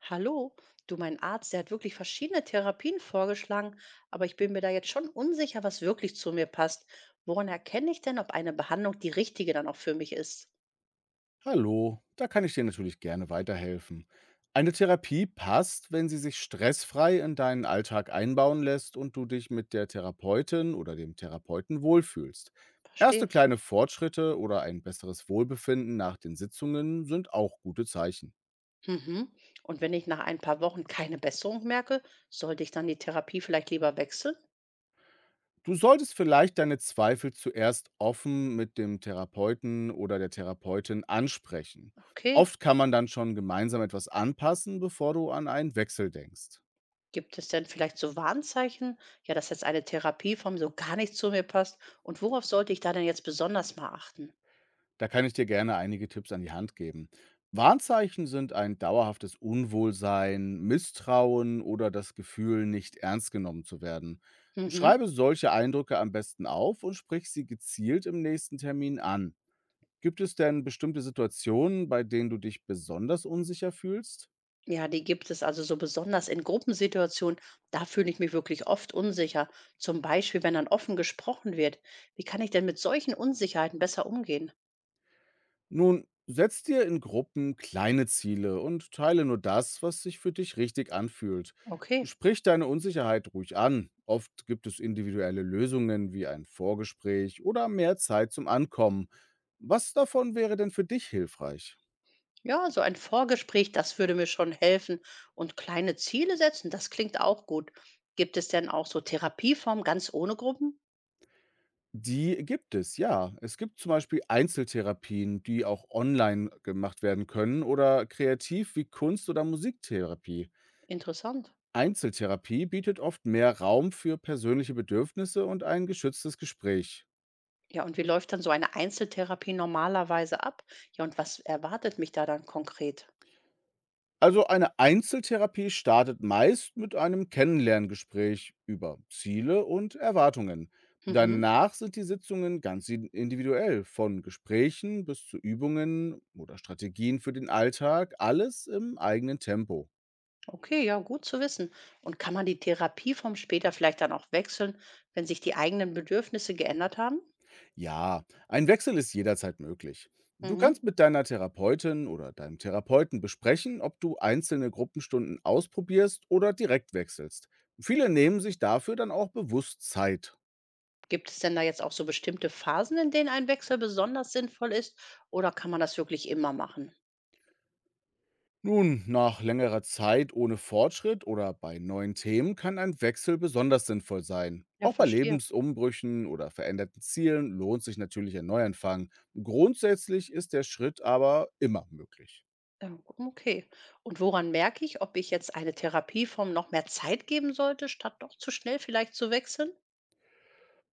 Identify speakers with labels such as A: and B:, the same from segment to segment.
A: Hallo, du, mein Arzt, der hat wirklich verschiedene Therapien vorgeschlagen, aber ich bin mir da jetzt schon unsicher, was wirklich zu mir passt. Woran erkenne ich denn, ob eine Behandlung die richtige dann auch für mich ist?
B: Hallo, da kann ich dir natürlich gerne weiterhelfen. Eine Therapie passt, wenn sie sich stressfrei in deinen Alltag einbauen lässt und du dich mit der Therapeutin oder dem Therapeuten wohlfühlst. Erste
A: Verstehe.
B: kleine Fortschritte oder ein besseres Wohlbefinden nach den Sitzungen sind auch gute Zeichen.
A: Mhm. Und wenn ich nach ein paar Wochen keine Besserung merke, sollte ich dann die Therapie vielleicht lieber wechseln?
B: Du solltest vielleicht deine Zweifel zuerst offen mit dem Therapeuten oder der Therapeutin ansprechen.
A: Okay.
B: Oft kann man dann schon gemeinsam etwas anpassen, bevor du an einen Wechsel denkst.
A: Gibt es denn vielleicht so Warnzeichen, ja, dass jetzt eine Therapieform so gar nicht zu mir passt? Und worauf sollte ich da denn jetzt besonders mal achten?
B: Da kann ich dir gerne einige Tipps an die Hand geben. Warnzeichen sind ein dauerhaftes Unwohlsein, Misstrauen oder das Gefühl, nicht ernst genommen zu werden.
A: Mhm.
B: Schreibe solche Eindrücke am besten auf und sprich sie gezielt im nächsten Termin an. Gibt es denn bestimmte Situationen, bei denen du dich besonders unsicher fühlst?
A: Ja, die gibt es also, so besonders in Gruppensituationen. Da fühle ich mich wirklich oft unsicher. Zum Beispiel, wenn dann offen gesprochen wird. Wie kann ich denn mit solchen Unsicherheiten besser umgehen?
B: Nun, setz dir in Gruppen kleine Ziele und teile nur das, was sich für dich richtig anfühlt.
A: Okay.
B: Sprich deine Unsicherheit ruhig an. Oft gibt es individuelle Lösungen wie ein Vorgespräch oder mehr Zeit zum Ankommen. Was davon wäre denn für dich hilfreich?
A: Ja, so ein Vorgespräch, das würde mir schon helfen. Und kleine Ziele setzen, das klingt auch gut. Gibt es denn auch so Therapieformen ganz ohne Gruppen?
B: Die gibt es, ja. Es gibt zum Beispiel Einzeltherapien, die auch online gemacht werden können oder kreativ wie Kunst- oder Musiktherapie.
A: Interessant.
B: Einzeltherapie bietet oft mehr Raum für persönliche Bedürfnisse und ein geschütztes Gespräch.
A: Ja, und wie läuft dann so eine Einzeltherapie normalerweise ab? Ja, und was erwartet mich da dann konkret?
B: Also eine Einzeltherapie startet meist mit einem Kennenlerngespräch über Ziele und Erwartungen.
A: Mhm.
B: Danach sind die Sitzungen ganz individuell, von Gesprächen bis zu Übungen oder Strategien für den Alltag, alles im eigenen Tempo.
A: Okay, ja, gut zu wissen. Und kann man die Therapieform später vielleicht dann auch wechseln, wenn sich die eigenen Bedürfnisse geändert haben?
B: Ja, ein Wechsel ist jederzeit möglich. Du
A: Mhm.
B: kannst mit deiner Therapeutin oder deinem Therapeuten besprechen, ob du einzelne Gruppenstunden ausprobierst oder direkt wechselst. Viele nehmen sich dafür dann auch bewusst Zeit.
A: Gibt es denn da jetzt auch so bestimmte Phasen, in denen ein Wechsel besonders sinnvoll ist? Oder kann man das wirklich immer machen?
B: Nun, nach längerer Zeit ohne Fortschritt oder bei neuen Themen kann ein Wechsel besonders sinnvoll sein.
A: Ja,
B: Auch bei
A: verstehe.
B: Lebensumbrüchen oder veränderten Zielen lohnt sich natürlich ein Neuanfang. Grundsätzlich ist der Schritt aber immer möglich.
A: Ja, okay. Und woran merke ich, ob ich jetzt eine Therapieform noch mehr Zeit geben sollte, statt doch zu schnell vielleicht zu wechseln?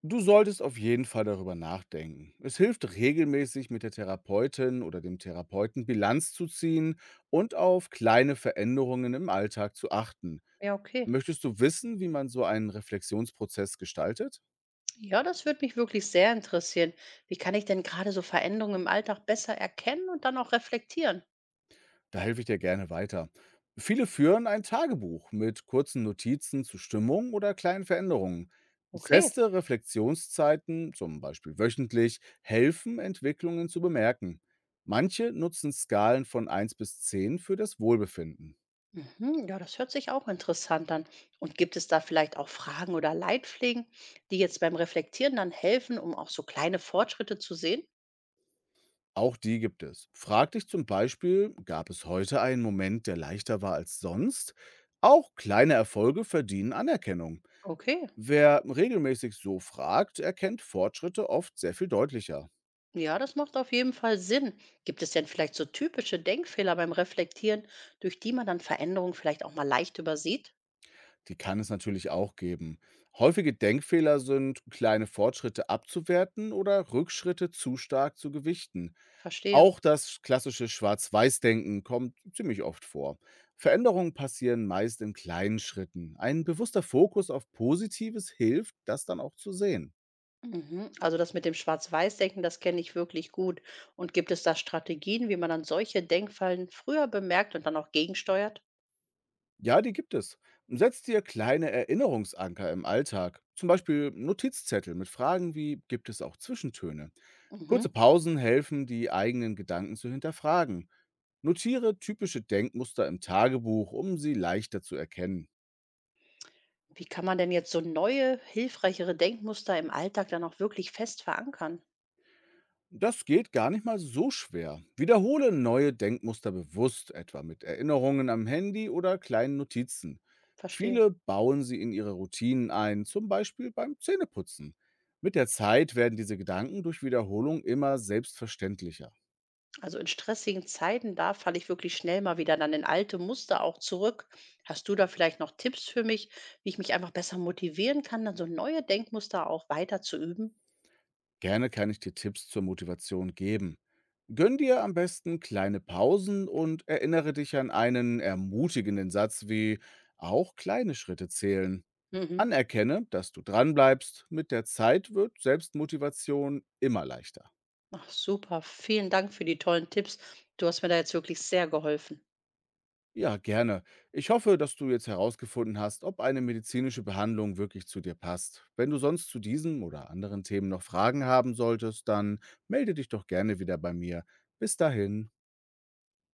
B: Du solltest auf jeden Fall darüber nachdenken. Es hilft regelmäßig, mit der Therapeutin oder dem Therapeuten Bilanz zu ziehen und auf kleine Veränderungen im Alltag zu achten.
A: Ja, okay.
B: Möchtest du wissen, wie man so einen Reflexionsprozess gestaltet?
A: Ja, das würde mich wirklich sehr interessieren. Wie kann ich denn gerade so Veränderungen im Alltag besser erkennen und dann auch reflektieren?
B: Da helfe ich dir gerne weiter. Viele führen ein Tagebuch mit kurzen Notizen zu Stimmung oder kleinen Veränderungen.
A: Okay.
B: Feste Reflexionszeiten, zum Beispiel wöchentlich, helfen, Entwicklungen zu bemerken. Manche nutzen Skalen von 1 bis 10 für das Wohlbefinden.
A: Mhm, ja, das hört sich auch interessant an. Und gibt es da vielleicht auch Fragen oder Leitpflegen, die jetzt beim Reflektieren dann helfen, um auch so kleine Fortschritte zu sehen?
B: Auch die gibt es. Frag dich zum Beispiel, gab es heute einen Moment, der leichter war als sonst? Auch kleine Erfolge verdienen Anerkennung.
A: Okay,
B: Wer regelmäßig so fragt, erkennt Fortschritte oft sehr viel deutlicher.
A: ja, das macht auf jeden Fall Sinn. Gibt es denn vielleicht so typische Denkfehler beim Reflektieren, durch die man dann Veränderungen vielleicht auch mal leicht übersieht?
B: Die kann es natürlich auch geben. Häufige Denkfehler sind, kleine Fortschritte abzuwerten oder Rückschritte zu stark zu gewichten.
A: Verstehe.
B: Auch das klassische Schwarz-Weiß-Denken kommt ziemlich oft vor. Veränderungen passieren meist in kleinen Schritten. Ein bewusster Fokus auf Positives hilft, das dann auch zu sehen.
A: Mhm. Also das mit dem Schwarz-Weiß-Denken, das kenne ich wirklich gut. Und gibt es da Strategien, wie man dann solche Denkfallen früher bemerkt und dann auch gegensteuert?
B: Ja, die gibt es. Setz dir kleine Erinnerungsanker im Alltag. Zum Beispiel Notizzettel mit Fragen wie, gibt es auch Zwischentöne? Kurze
A: Mhm.
B: Pausen helfen, die eigenen Gedanken zu hinterfragen. Notiere typische Denkmuster im Tagebuch, um sie leichter zu erkennen.
A: Wie kann man denn jetzt so neue, hilfreichere Denkmuster im Alltag dann auch wirklich fest verankern?
B: Das geht gar nicht mal so schwer. Wiederhole neue Denkmuster bewusst, etwa mit Erinnerungen am Handy oder kleinen Notizen.
A: Verstehe.
B: Viele bauen sie in ihre Routinen ein, zum Beispiel beim Zähneputzen. Mit der Zeit werden diese Gedanken durch Wiederholung immer selbstverständlicher.
A: Also in stressigen Zeiten, da falle ich wirklich schnell mal wieder dann in alte Muster auch zurück. Hast du da vielleicht noch Tipps für mich, wie ich mich einfach besser motivieren kann, dann so neue Denkmuster auch weiter zu üben?
B: Gerne kann ich dir Tipps zur Motivation geben. Gönn dir am besten kleine Pausen und erinnere dich an einen ermutigenden Satz wie auch kleine Schritte zählen.
A: Mhm.
B: Anerkenne, dass du dranbleibst. Mit der Zeit wird Selbstmotivation immer leichter.
A: Ach, super. Vielen Dank für die tollen Tipps. Du hast mir da jetzt wirklich sehr geholfen.
B: Ja, gerne. Ich hoffe, dass du jetzt herausgefunden hast, ob eine medizinische Behandlung wirklich zu dir passt. Wenn du sonst zu diesem oder anderen Themen noch Fragen haben solltest, dann melde dich doch gerne wieder bei mir. Bis dahin.